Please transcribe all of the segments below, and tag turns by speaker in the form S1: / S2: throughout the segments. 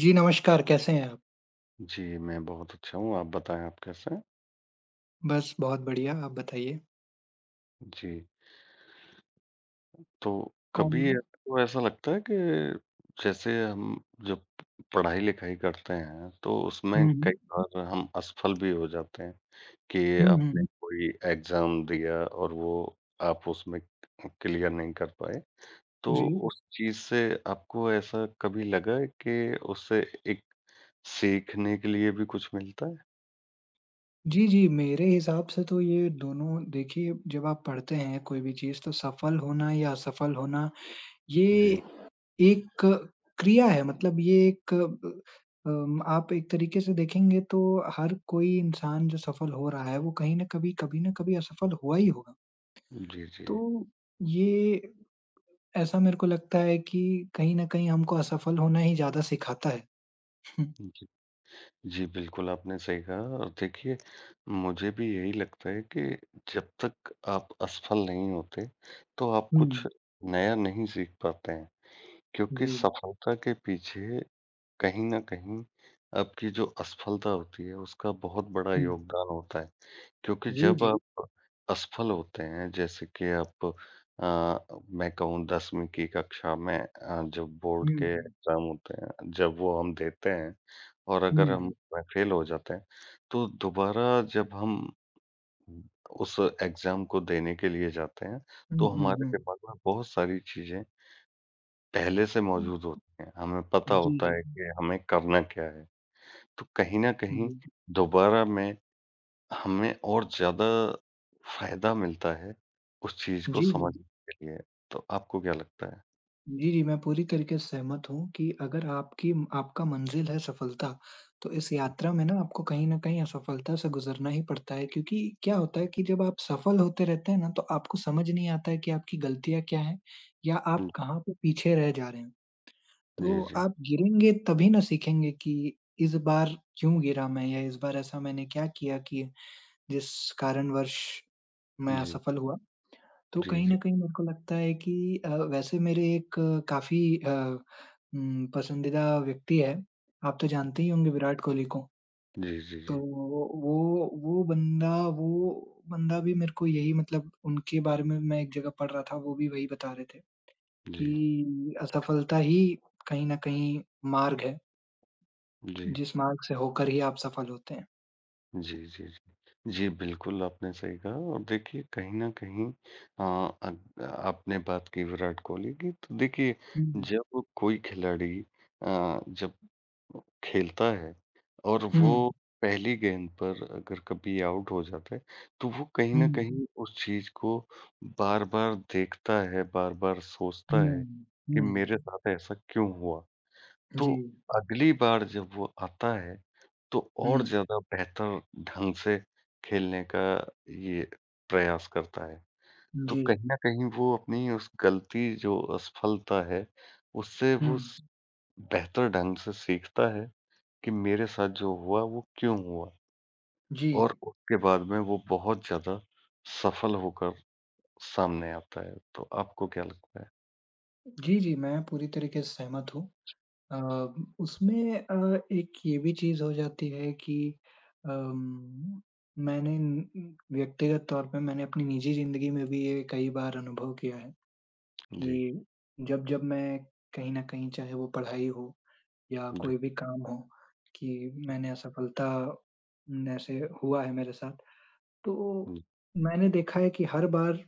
S1: जी, नमस्कार, कैसे हैं आप?
S2: जी, मैं बहुत अच्छा हूँ, आप बताएँ आप कैसे हैं?
S1: बस बहुत बढ़िया, आप बताइए?
S2: जी, तो
S1: और
S2: कभी
S1: हुँ,
S2: आपको ऐसा लगता है कि जैसे हम जब पढ़ाई-लिखाई करते हैं, तो उसमें कई
S1: हुँ।
S2: बार हम असफल भी हो जाते हैं कि
S1: हुँ, हुँ।
S2: आपने हुँ। कोई एग्ज़ाम दिया और वो आप उसमें क्लियर नहीं कर पाए। तो
S1: जी।
S2: उस चीज़ से आपको ऐसा कभी लगा है कि उससे एक सीखने के लिए भी कुछ मिलता है?
S1: जी, जी, मेरे हिसाब से तो ये दोनों देखिए, जब आप पढ़ते हैं कोई भी चीज़ तो सफल होना या असफल होना ये
S2: जी,
S1: एक क्रिया है मतलब ये एक आप एक तरीके से देखेंगे तो हर कोई इंसान जो सफल हो रहा है, वो कहीं न कभी, कभी न कभी असफल हुआ ही होगा।
S2: जी, जी।
S1: तो ये ऐसा मेरे को लगता है कि कहीं न कहीं हमको असफल होना ही ज़्यादा सिखाता है।
S2: जी। जी, बिल्कुल आपने सही कहा और देखिए मुझे भी यही लगता है कि जब तक आप असफल नहीं होते, तो आप कुछ
S1: हुँ।
S2: नया नहीं सीख पाते हैं।
S1: हुँ,
S2: क्योंकि
S1: जी।
S2: सफलता के पीछे कहीं न कहीं आपकी जो असफलता होती है उसका बहुत बड़ा
S1: हुँ।
S2: योगदान होता है। क्योंकि
S1: जी,
S2: जब
S1: जी।
S2: आप असफल होते हैं जैसे कि आप मैं कहूँ 10वीं की कक्षा में जब बोर्ड
S1: हुँ,
S2: के
S1: हुँ।
S2: एग्ज़ाम होते हैं, जब वो हम देते हैं और
S1: हुँ,
S2: अगर हम
S1: हुँ।
S2: उसमें फ़ेल हो जाते हैं, तो दोबारा जब हम उस एग्ज़ाम को देने के लिए जाते हैं,
S1: हुँ,
S2: तो
S1: हुँ,
S2: हमारे
S1: हुँ।
S2: दिमाग में बहुत सारी चीज़ें पहले से मौजूद होती हैं। हमें पता
S1: जी,
S2: होता
S1: जी।
S2: है कि हमें करना क्या है। तो कहीं न कहीं
S1: जी।
S2: दोबारा मैं हमें और ज़्यादा फ़ायदा मिलता है, उस चीज़ को
S1: जी, जी।
S2: समझने के लिए। तो आपको क्या लगता है?
S1: जी, जी, मैं पूरी तरीके से सहमत हूँ कि अगर आपकी आपका मंज़िल है सफलता, तो इस
S2: हुँ,
S1: यात्रा में ना आपको कहीं न कहीं असफलता से गुज़रना ही पड़ता है क्योंकि क्या होता है कि जब आप सफल होते रहते हैं ना, तो आपको समझ नहीं आता है कि आपकी गलतियाँ क्या हैं या
S2: हुँ।
S1: आप कहाँ पे पीछे रह जा रहे हैं।
S2: जी,
S1: तो
S2: जी।
S1: आप गिरेंगे तभी ना सीखेंगे कि इस बार क्यों गिरा मैं या इस बार ऐसा मैंने क्या किया कि जिस कारणवश मैं
S2: जी,
S1: असफल हुआ। तो
S2: जी,
S1: कहीं
S2: जी।
S1: न कहीं मेरे को लगता है कि वैसे मेरे एक काफ़ी पसंदीदा व्यक्ति है, आप तो जानते ही होंगे विराट कोहली को।
S2: जी, जी,
S1: तो
S2: जी।
S1: वो बंदा वो बंदा भी मेरे को यही मतलब उनके बारे में मैं एक जगह पढ़ रहा था, वो भी वही बता रहे थे
S2: जी,
S1: कि असफलता ही कहीं न कहीं मार्ग है।
S2: जी।
S1: जिस मार्ग से होकर ही आप सफल होते हैं।
S2: जी, जी, जी। जी, बिल्कुल आपने सही कहा और देखिए कहीं न कहीं अ, अग आपने बात की विराट कोहली की तो देखिए
S1: हुँ,
S2: जब कोई खिलाड़ी जब खेलता है और
S1: हुँ,
S2: वो पहली गेंद पर अगर कभी आउट हो जाता है, तो वो कहीं
S1: हुँ,
S2: न कहीं उस चीज़ को बार-बार देखता है, बार-बार सोचता है
S1: हुँ,
S2: कि
S1: हुँ,
S2: मेरे साथ ऐसा क्यों हुआ? तो
S1: जी,
S2: अगली बार जब वो आता है, तो और
S1: हुँ,
S2: ज़्यादा बेहतर ढंग से खेलने का ये प्रयास करता है। तो
S1: जी,
S2: कहीं न कहीं वो अपनी उस गलती जो असफलता है, उससे
S1: हुँ,
S2: वो स बेहतर ढंग से सीखता है कि मेरे साथ जो हुआ वो क्यों हुआ?
S1: जी।
S2: और उसके बाद में वो बहुत ज़्यादा सफल होकर सामने आता है। तो आपको क्या लगता है?
S1: जी, जी, मैं पूरी तरीके से सहमत हूँ। अ, उसमें एक ये भी चीज़ हो जाती है कि अम, मैंने न न व्यक्तिगत तौर पे मैंने अपनी निजी ज़िंदगी में भी ये कई बार अनुभव किया है
S2: जी,
S1: कि जब-जब मैं कहीं न कहीं चाहे वो पढ़ाई हो या
S2: जी,
S1: कोई भी काम हो कि मैंने असफलता न से हुआ है मेरे साथ, तो
S2: हुँ,
S1: मैंने देखा है कि हर बार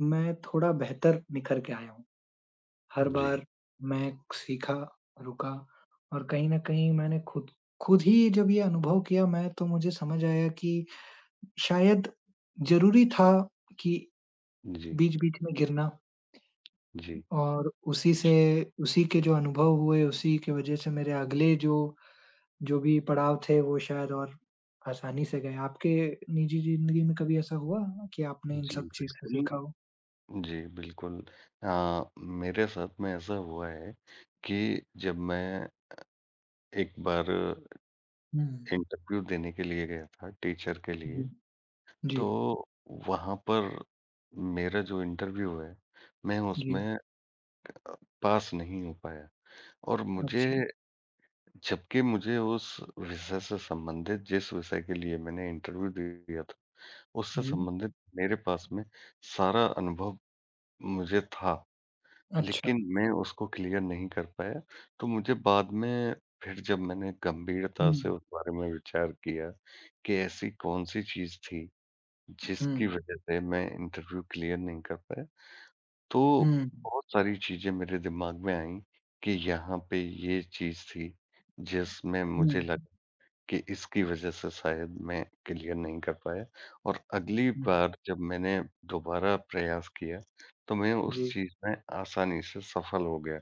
S1: मैं थोड़ा बेहतर निखर के आया हूँ। हर
S2: जी,
S1: बार मैं सीखा, रुका और कहीं न कहीं मैंने खुद खुद ही जब ये अनुभव किया मैं तो मुझे समझ आया कि शायद ज़रूरी था कि
S2: जी,
S1: बीच-बीच में गिरना
S2: जी,
S1: और उसी से उसी के जो अनुभव हुए, उसी की वज़ह से मेरे अगले जो जो भी पड़ाव थे वो शायद और आसानी से गए। आपके निजी ज़िंदगी में कभी ऐसा हुआ कि आपने इन
S2: जी,
S1: सब चीज़ से
S2: बिल्कुल।
S1: सीखा हो?
S2: जी, बिल्कुल। मेरे साथ में ऐसा हुआ है कि जब मैं एक बार
S1: हुँ।
S2: इंटरव्यू देने के लिए गया था टीचर के
S1: जी,
S2: लिए,
S1: जी,
S2: तो वहाँ पर मेरा जो इंटरव्यू है, मैं
S1: जी।
S2: उसमें अ, पास नहीं हो पाया और मुझे
S1: अच्छा,
S2: जबकि मुझे उस विषय से संबंधित जिस विषय के लिए मैंने इंटरव्यू दिया था, उससे
S1: जी,
S2: संबंधित मेरे पास में सारा अनुभव मुझे था।
S1: अच्छा।
S2: लेकिन मैं उसको क्लियर नहीं कर पाया, तो मुझे बाद में फिर जब मैंने गंभीरता से
S1: हुँ,
S2: उस बारे में विचार किया कि ऐसी कौन-सी चीज़ थी,
S1: हुँ,
S2: जिसकी वजह से मैं इंटरव्यू क्लियर नहीं कर पाया, तो
S1: हुँ,
S2: बहुत सारी चीज़ें मेरे दिमाग में आईं कि यहाँ पे ये चीज़ थी, जिसमें
S1: हुँ,
S2: मुझे लगा कि इसकी वजह से शायद मैं क्लियर नहीं कर पाया और अगली
S1: हुँ।
S2: बार जब मैंने दोबारा प्रयास किया, तो मैं उस
S1: जी,
S2: चीज़ में आसानी से सफल हो गया।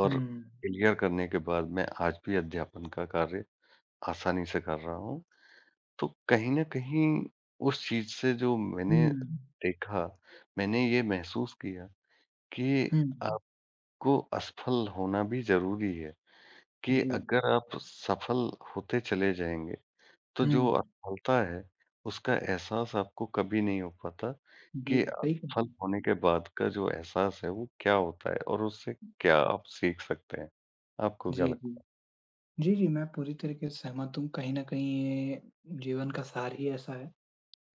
S2: और
S1: हुँ,
S2: क्लियर करने के बाद मैं आज भी अध्यापन का कार्य आसानी से कर रहा हूँ। तो कहीं न कहीं उस चीज़ से जो
S1: हुँ,
S2: मैंने देखा, मैंने ये महसूस किया कि
S1: हुँ।
S2: आपको असफल होना भी ज़रूरी है, कि
S1: जी,
S2: अगर आप सफल होते चले जाएँगे, तो जो
S1: हुँ,
S2: असफलता है, उसका एहसास आपको कभी नहीं हो पाता कि
S1: जी, सही कहा।
S2: असफल होने के बाद का जो एहसास है, वो क्या होता है और उससे क्या आप सीख सकते हैं? आपको क्या
S1: जी, जी।
S2: लगता है?
S1: जी, जी, मैं पूरी तरीके से सहमत हूँ। कहीं न कहीं ये जीवन का सार ही ऐसा है।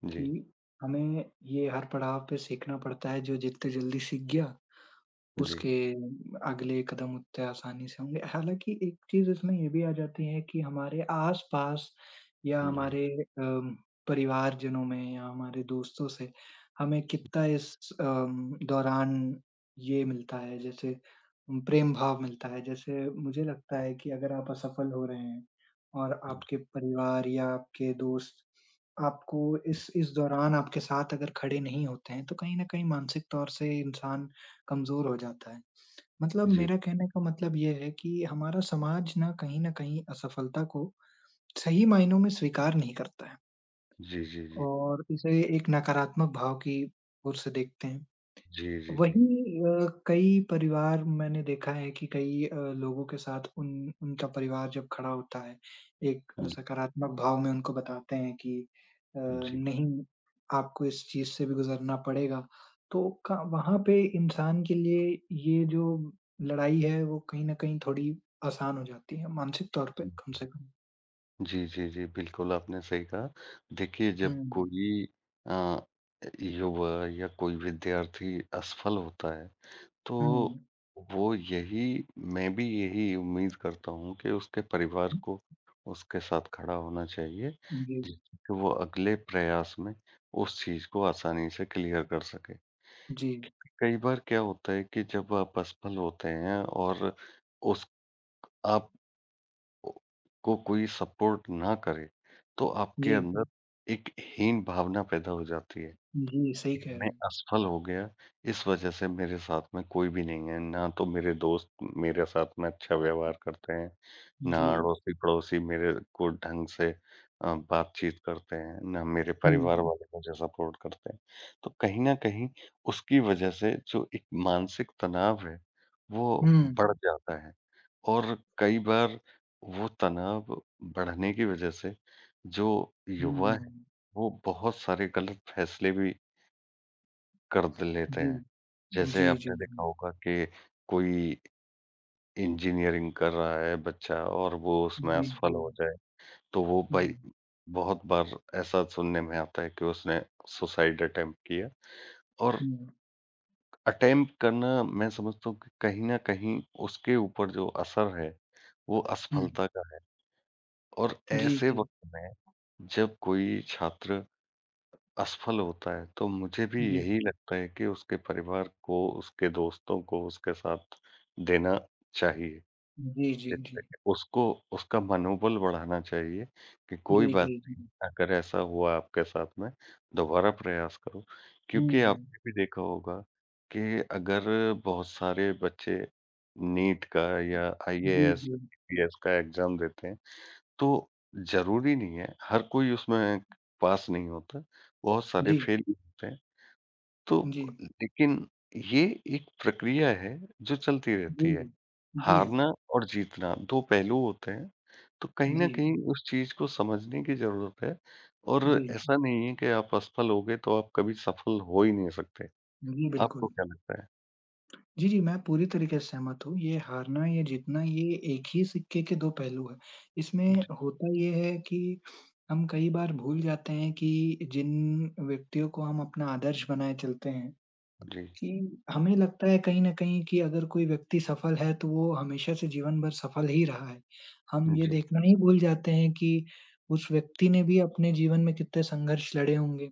S2: जी,
S1: कि हमें ये हर पड़ाव पे सीखना पड़ता है, जो जितने जल्दी सीख गया,
S2: जी,
S1: उसके अगले कदम उतने आसानी से होंगे। हालाँकि एक चीज़ इसमें ये भी आ जाती है कि हमारे आस-पास या
S2: जी,
S1: हमारे अम, परिवारजनों में या हमारे दोस्तों से हमें कितना इस दौरान ये मिलता है जैसे प्रेम भाव मिलता है। जैसे मुझे लगता है कि अगर आप असफल हो रहे हैं और आपके परिवार या आपके दोस्त आपको इस दौरान आपके साथ अगर खड़े नहीं होते हैं, तो कहीं न कहीं मानसिक तौर से इंसान कमज़ोर हो जाता है। मतलब
S2: जी,
S1: मेरा कहने का मतलब ये है कि हमारा समाज ना कहीं न कहीं असफलता को सही मायनों में स्वीकार नहीं करता है
S2: जी, जी, जी,
S1: और इसे एक नकारात्मक भाव की ओर से देखते हैं।
S2: जी, जी, जी,
S1: वही कई परिवार मैंने देखा है कि कई लोगों के साथ उन उनका परिवार जब खड़ा होता है, एक
S2: हुँ,
S1: सकारात्मक भाव में उनको बताते हैं कि
S2: जी,
S1: नहीं, आपको इस चीज़ से भी गुज़रना पड़ेगा। तो क वहाँ पे इंसान के लिए ये जो लड़ाई है, वो कहीं न कहीं थोड़ी आसान हो जाती है, मानसिक तौर पे
S2: जी,
S1: कम से कम।
S2: जी, जी, जी, बिल्कुल आपने सही कहा। देखिए
S1: हुँ,
S2: जब कोई अ, युवा या कोई विद्यार्थी असफल होता है, तो
S1: हुँ।
S2: वो यही मैं भी यही उम्मीद करता हूँ कि उसके परिवार को उसके साथ खड़ा होना चाहिए,
S1: जी,
S2: जिससे कि वो अगले प्रयास में उस चीज़ को आसानी से क्लियर कर सके।
S1: जी,
S2: कई बार क्या होता है कि जब आप असफल होते हैं और उस आप को कोई सपोर्ट ना करे, तो आपके हुँ।
S1: जी,
S2: अंदर एक हीन भावना पैदा हो जाती है।
S1: जी, सही कह रहे
S2: मैं
S1: हैं।
S2: असफल हो गया, इस वजह से मेरे साथ में कोई भी नहीं है, ना तो मेरे दोस्त मेरे साथ में अच्छा व्यवहार करते हैं, ना
S1: जी।
S2: अड़ोसी-पड़ोसी मेरे को ढंग से बातचीत करते हैं, ना मेरे परिवार
S1: हुँ,
S2: वाले मुझे सपोर्ट करते हैं। तो कहीं न कहीं उसकी वजह से जो एक मानसिक तनाव है,
S1: हुँ।
S2: वो बढ़ जाता है और कई बार वो तनाव बढ़ने की वजह से जो युवा है,
S1: हुँ,
S2: वो बहुत सारे गलत फैसले भी कर द लेते
S1: जी।
S2: हैं। जैसे
S1: जी, जी,
S2: आपने देखा
S1: जी।
S2: होगा कि कोई इंजीनियरिंग कर रहा है बच्चा और वो उसमें
S1: जी,
S2: असफल
S1: जी।
S2: हो जाए, तो वो
S1: जी।
S2: भाई बहुत बार ऐसा सुनने में आता है कि उसने सुसाइड अटेम्प्ट किया और
S1: हुँ,
S2: अटेम्प्ट करना मैं समझता हूँ कि कहीं न कहीं उसके ऊपर जो असर है, वो
S1: हुँ।
S2: असफलता का है और
S1: जी,
S2: ऐसे
S1: जी।
S2: वक़्त में जब कोई छात्र असफल होता है, तो मुझे भी
S1: जी।
S2: यही लगता है कि उसके परिवार को, उसके दोस्तों को उसके साथ देना चाहिए।
S1: जी, जी,
S2: जिससे
S1: जी।
S2: कि उसको उसका मनोबल बढ़ाना चाहिए कि कोई
S1: जी,
S2: बात
S1: जी, जी।
S2: नहीं, अगर ऐसा हुआ आपके साथ में, दोबारा प्रयास करो।
S1: हुँ,
S2: क्योंकि
S1: हुँ।
S2: आपने भी देखा होगा कि अगर बहुत सारे बच्चे नीट का या
S1: जी,
S2: आईएएस,
S1: जी।
S2: आईपीएस का एग्ज़ाम देते हैं तो ज़रूरी नहीं है, हर कोई उसमें पास नहीं होता, बहुत सारे
S1: जी,
S2: फेल भी होते हैं। तो
S1: जी।
S2: लेकिन ये एक प्रक्रिया है जो चलती
S1: जी।
S2: रहती है।
S1: जी,
S2: हारना और जीतना 2 पहलू होते हैं, तो
S1: जी,
S2: कहीं न
S1: जी।
S2: कहीं उस चीज़ को समझने की ज़रूरत है और ऐसा नहीं है कि आप असफल हो गए तो आप कभी सफल हो ही नहीं सकते।
S1: जी,
S2: आपको
S1: बिल्कुल।
S2: क्या लगता है?
S1: जी, जी, मैं पूरी तरीके से सहमत हूँ। ये हारना या जीतना ये एक ही सिक्के के 2 पहलू हैं। इसमें
S2: जी,
S1: होता ये है कि हम कई बार भूल जाते हैं कि जिन व्यक्तियों को हम अपना आदर्श बनाए चलते हैं
S2: जी,
S1: कि हमें लगता है कहीं न कहीं कि अगर कोई व्यक्ति सफल है तो वो हमेशा से जीवन भर सफल ही रहा है। हम ये
S2: जी,
S1: देखना ही भूल जाते हैं कि उस व्यक्ति ने भी अपने जीवन में कितने संघर्ष लड़े होंगे,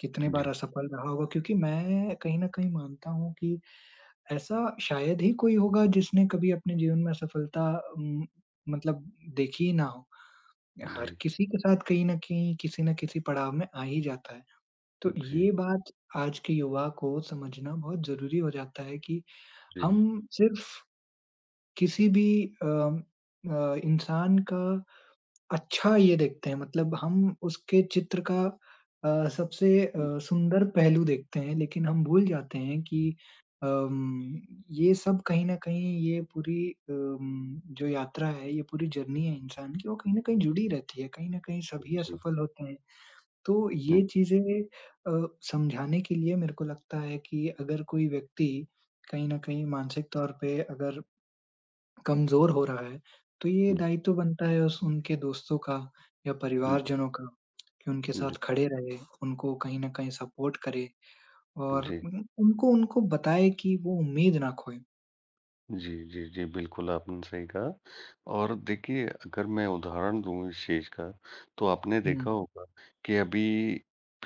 S1: कितने बार
S2: जी,
S1: असफल रहा होगा क्योंकि मैं कहीं न कहीं मानता हूँ कि ऐसा शायद ही कोई होगा जिसने कभी अपने जीवन में असफलता उम, मतलब देखी ही ना हो।
S2: जी,
S1: हर
S2: जी,
S1: किसी के साथ कहीं न कहीं, किसी न किसी पड़ाव में आ ही जाता है। तो
S2: जी,
S1: ये बात आज के युवा को समझना बहुत ज़रूरी हो जाता है कि
S2: जी,
S1: हम सिर्फ़ किसी भी अम इंसान का अच्छा ये देखते हैं मतलब हम उसके चित्र का सबसे
S2: जी,
S1: सुंदर पहलू देखते हैं, लेकिन हम भूल जाते हैं कि अम, ये सब कहीं न कहीं ये पूरी जो यात्रा है, ये पूरी जर्नी है इंसान की, वो कहीं न कहीं जुड़ी रहती है, कहीं न कहीं सभी
S2: जी,
S1: असफल होते हैं। तो ये चीज़ें समझाने के लिए मेरे को लगता है कि अगर कोई व्यक्ति कहीं न कहीं मानसिक तौर पे अगर कमज़ोर हो रहा है, तो ये दायित्व बनता है उस उनके दोस्तों का या
S2: जी,
S1: परिवारजनों का कि उनके
S2: जी,
S1: साथ खड़े रहे, उनको कहीं न कहीं सपोर्ट करे और
S2: जी।
S1: उन उनको उनको बताए कि वो उम्मीद ना खोए।
S2: जी, जी, जी, बिल्कुल आपने सही कहा और देखिए अगर मैं उदाहरण दूँ इस चीज़ का, तो आपने
S1: हुँ,
S2: देखा होगा कि अभी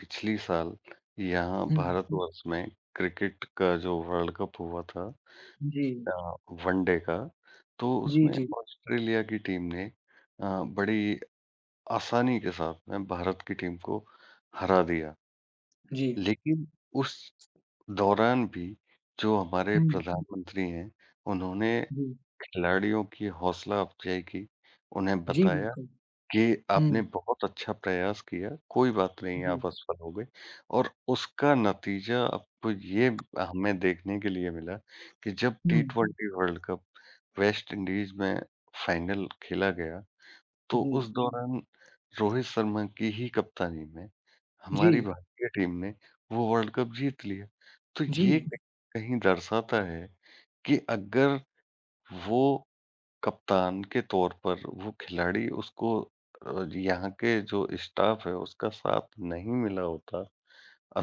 S2: पिछली साल यहाँ हुँ।
S1: हुँ।
S2: भारतवर्ष में क्रिकेट का जो वर्ल्ड कप हुआ था
S1: जी,
S2: अ, वनडे का, तो
S1: जी,
S2: उसमें
S1: जी,
S2: ऑस्ट्रेलिया की टीम ने बड़ी आसानी के साथ में भारत की टीम को हरा दिया।
S1: जी।
S2: लेकिन उस दौरान भी जो हमारे
S1: हुँ,
S2: हुँ। प्रधानमंत्री हैं, उन्होंने
S1: जी,
S2: खिलाड़ियों की हौसला अफ़ज़ाई की, उन्हें
S1: जी,
S2: बताया
S1: बिल्कुल।
S2: कि
S1: हुँ,
S2: आपने बहुत अच्छा प्रयास किया, कोई बात नहीं
S1: जी,
S2: आप असफल हो गए और उसका नतीजा आपको ये हमें देखने के लिए मिला कि जब टी हुँ।
S1: हुँ,
S2: twenty world cup West Indies में फाइनल खेला गया, तो
S1: जी,
S2: उस दौरान रोहित शर्मा की ही कप्तानी में
S1: जी,
S2: हमारी भारतीय टीम ने वो वर्ल्ड कप जीत लिया। तो
S1: जी,
S2: ये कहीं न कहीं दर्शाता है कि अगर वो कप्तान के तौर पर वो खिलाड़ी उसको यहाँ के जो स्टाफ है उसका साथ नहीं मिला होता,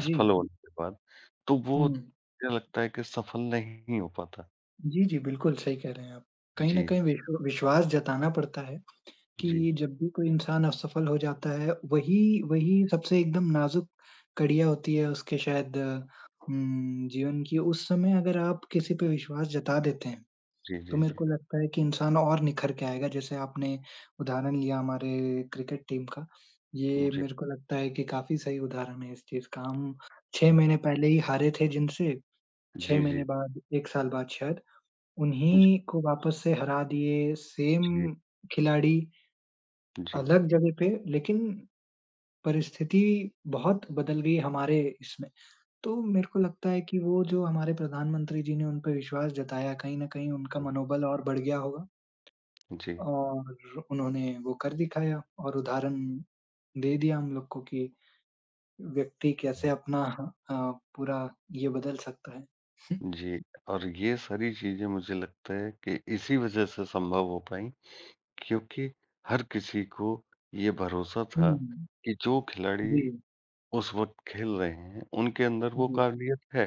S1: जी।
S2: हुँ। होने के बाद, तो वो
S1: हुँ।
S2: मुझे लगता है कि सफल नहीं हो पाता।
S1: जी, जी, बिल्कुल सही कह रहे हैं आप। कहीं न
S2: जी,
S1: कहीं विश्वास जताना पड़ता है कि
S2: जी,
S1: जब भी कोई इंसान असफल हो जाता है, वही वही सबसे एकदम नाज़ुक कड़िया होती है उसके शायद जीवन की। उस समय अगर आप किसी पे विश्वास जता देते हैं,
S2: जी,
S1: तो
S2: जी,
S1: मेरे
S2: जी।
S1: को लगता है कि इंसान और निखर के आएगा। जैसे आपने उदाहरण लिया हमारे क्रिकेट टीम का,
S2: जी,
S1: ये
S2: जी,
S1: मेरे को लगता है कि काफ़ी सही उदाहरण है इस चीज़ का। हम 6
S2: जी,
S1: महीने पहले ही हारे थे जिनसे, 6 महीने बाद, 1 साल बाद शायद
S2: जी,
S1: उन्हीं को वापस से हरा दिए, सेम
S2: जी,
S1: खिलाड़ी
S2: जी,
S1: अलग जगह पे लेकिन परिस्थिति बहुत बदल गई हमारे इसमें। तो मेरे को लगता है कि वो जो हमारे प्रधानमंत्री जी ने उन पे विश्वास जताया, कहीं न कहीं उनका मनोबल और बढ़ गया होगा और उन्होंने वो कर दिखाया और उदाहरण दे दिया हम लोग को कि व्यक्ति कैसे
S2: जी,
S1: अपना अ, पूरा ये बदल सकता है।
S2: जी और ये सारी चीज़ें मुझे लगता है कि इसी वज़ह से संभव हो पाई क्योंकि हर किसी को ये भरोसा था
S1: हुँ,
S2: कि जो खिलाड़ी
S1: जी,
S2: उस वक़्त खेल रहे हैं, उनके अंदर वो
S1: जी।
S2: काबिलियत है,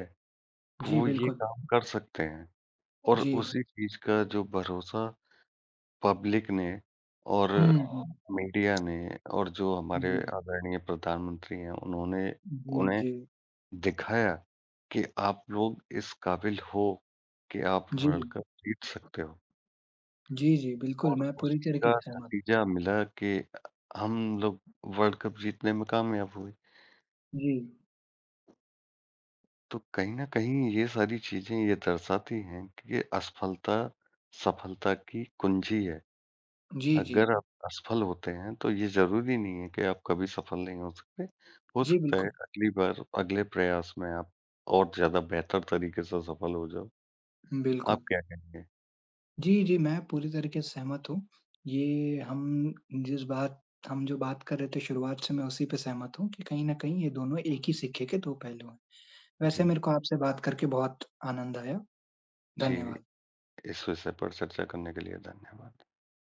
S2: कि
S1: जी,
S2: वो ये
S1: बिल्कुल।
S2: काम कर सकते हैं और
S1: जी।
S2: उसी चीज़ का जो भरोसा पब्लिक ने और
S1: हुँ, हुँ।
S2: मीडिया ने और जो हमारे
S1: जी।
S2: आदरणीय प्रधानमंत्री हैं, उन्होंने
S1: जी,
S2: उन्हें
S1: जी।
S2: दिखाया कि आप लोग इस काबिल हो कि आप
S1: जी।
S2: वर्ल्ड कप जीत सकते हो
S1: जी, जी, बिल्कुल,
S2: और
S1: मैं पूरी
S2: उसी
S1: तरीके
S2: का
S1: से सहमत
S2: नतीजा मिला कि हम लोग वर्ल्ड कप जीतने में कामयाब हुए।
S1: जी।
S2: तो कहीं न कहीं ये सारी चीज़ें ये दर्शाती हैं कि ये असफलता, सफलता की कुंजी है।
S1: जी, जी।
S2: अगर आप असफल होते हैं तो ये ज़रूरी नहीं है कि आप कभी सफल नहीं हो सकते। हो
S1: जी,
S2: सकता है
S1: बिल्कुल,
S2: अगली बार अगले प्रयास में आप और ज़्यादा बेहतर तरीके से सफल हो जाओ। आप
S1: बिल्कुल।
S2: क्या कहेंगे?
S1: जी, जी, मैं पूरी तरीके से सहमत हूँ। ये हम जिस बात हम जो बात कर रहे थे शुरुआत से मैं उसी पे सहमत हूँ कि कहीं न कहीं ये दोनों एक ही सिक्के के 2 पहलू हैं। वैसे
S2: जी,
S1: मेरे को आपसे बात करके बहुत आनंद आया।
S2: जी,
S1: धन्यवाद।
S2: इस विषय पर चर्चा करने के लिए धन्यवाद।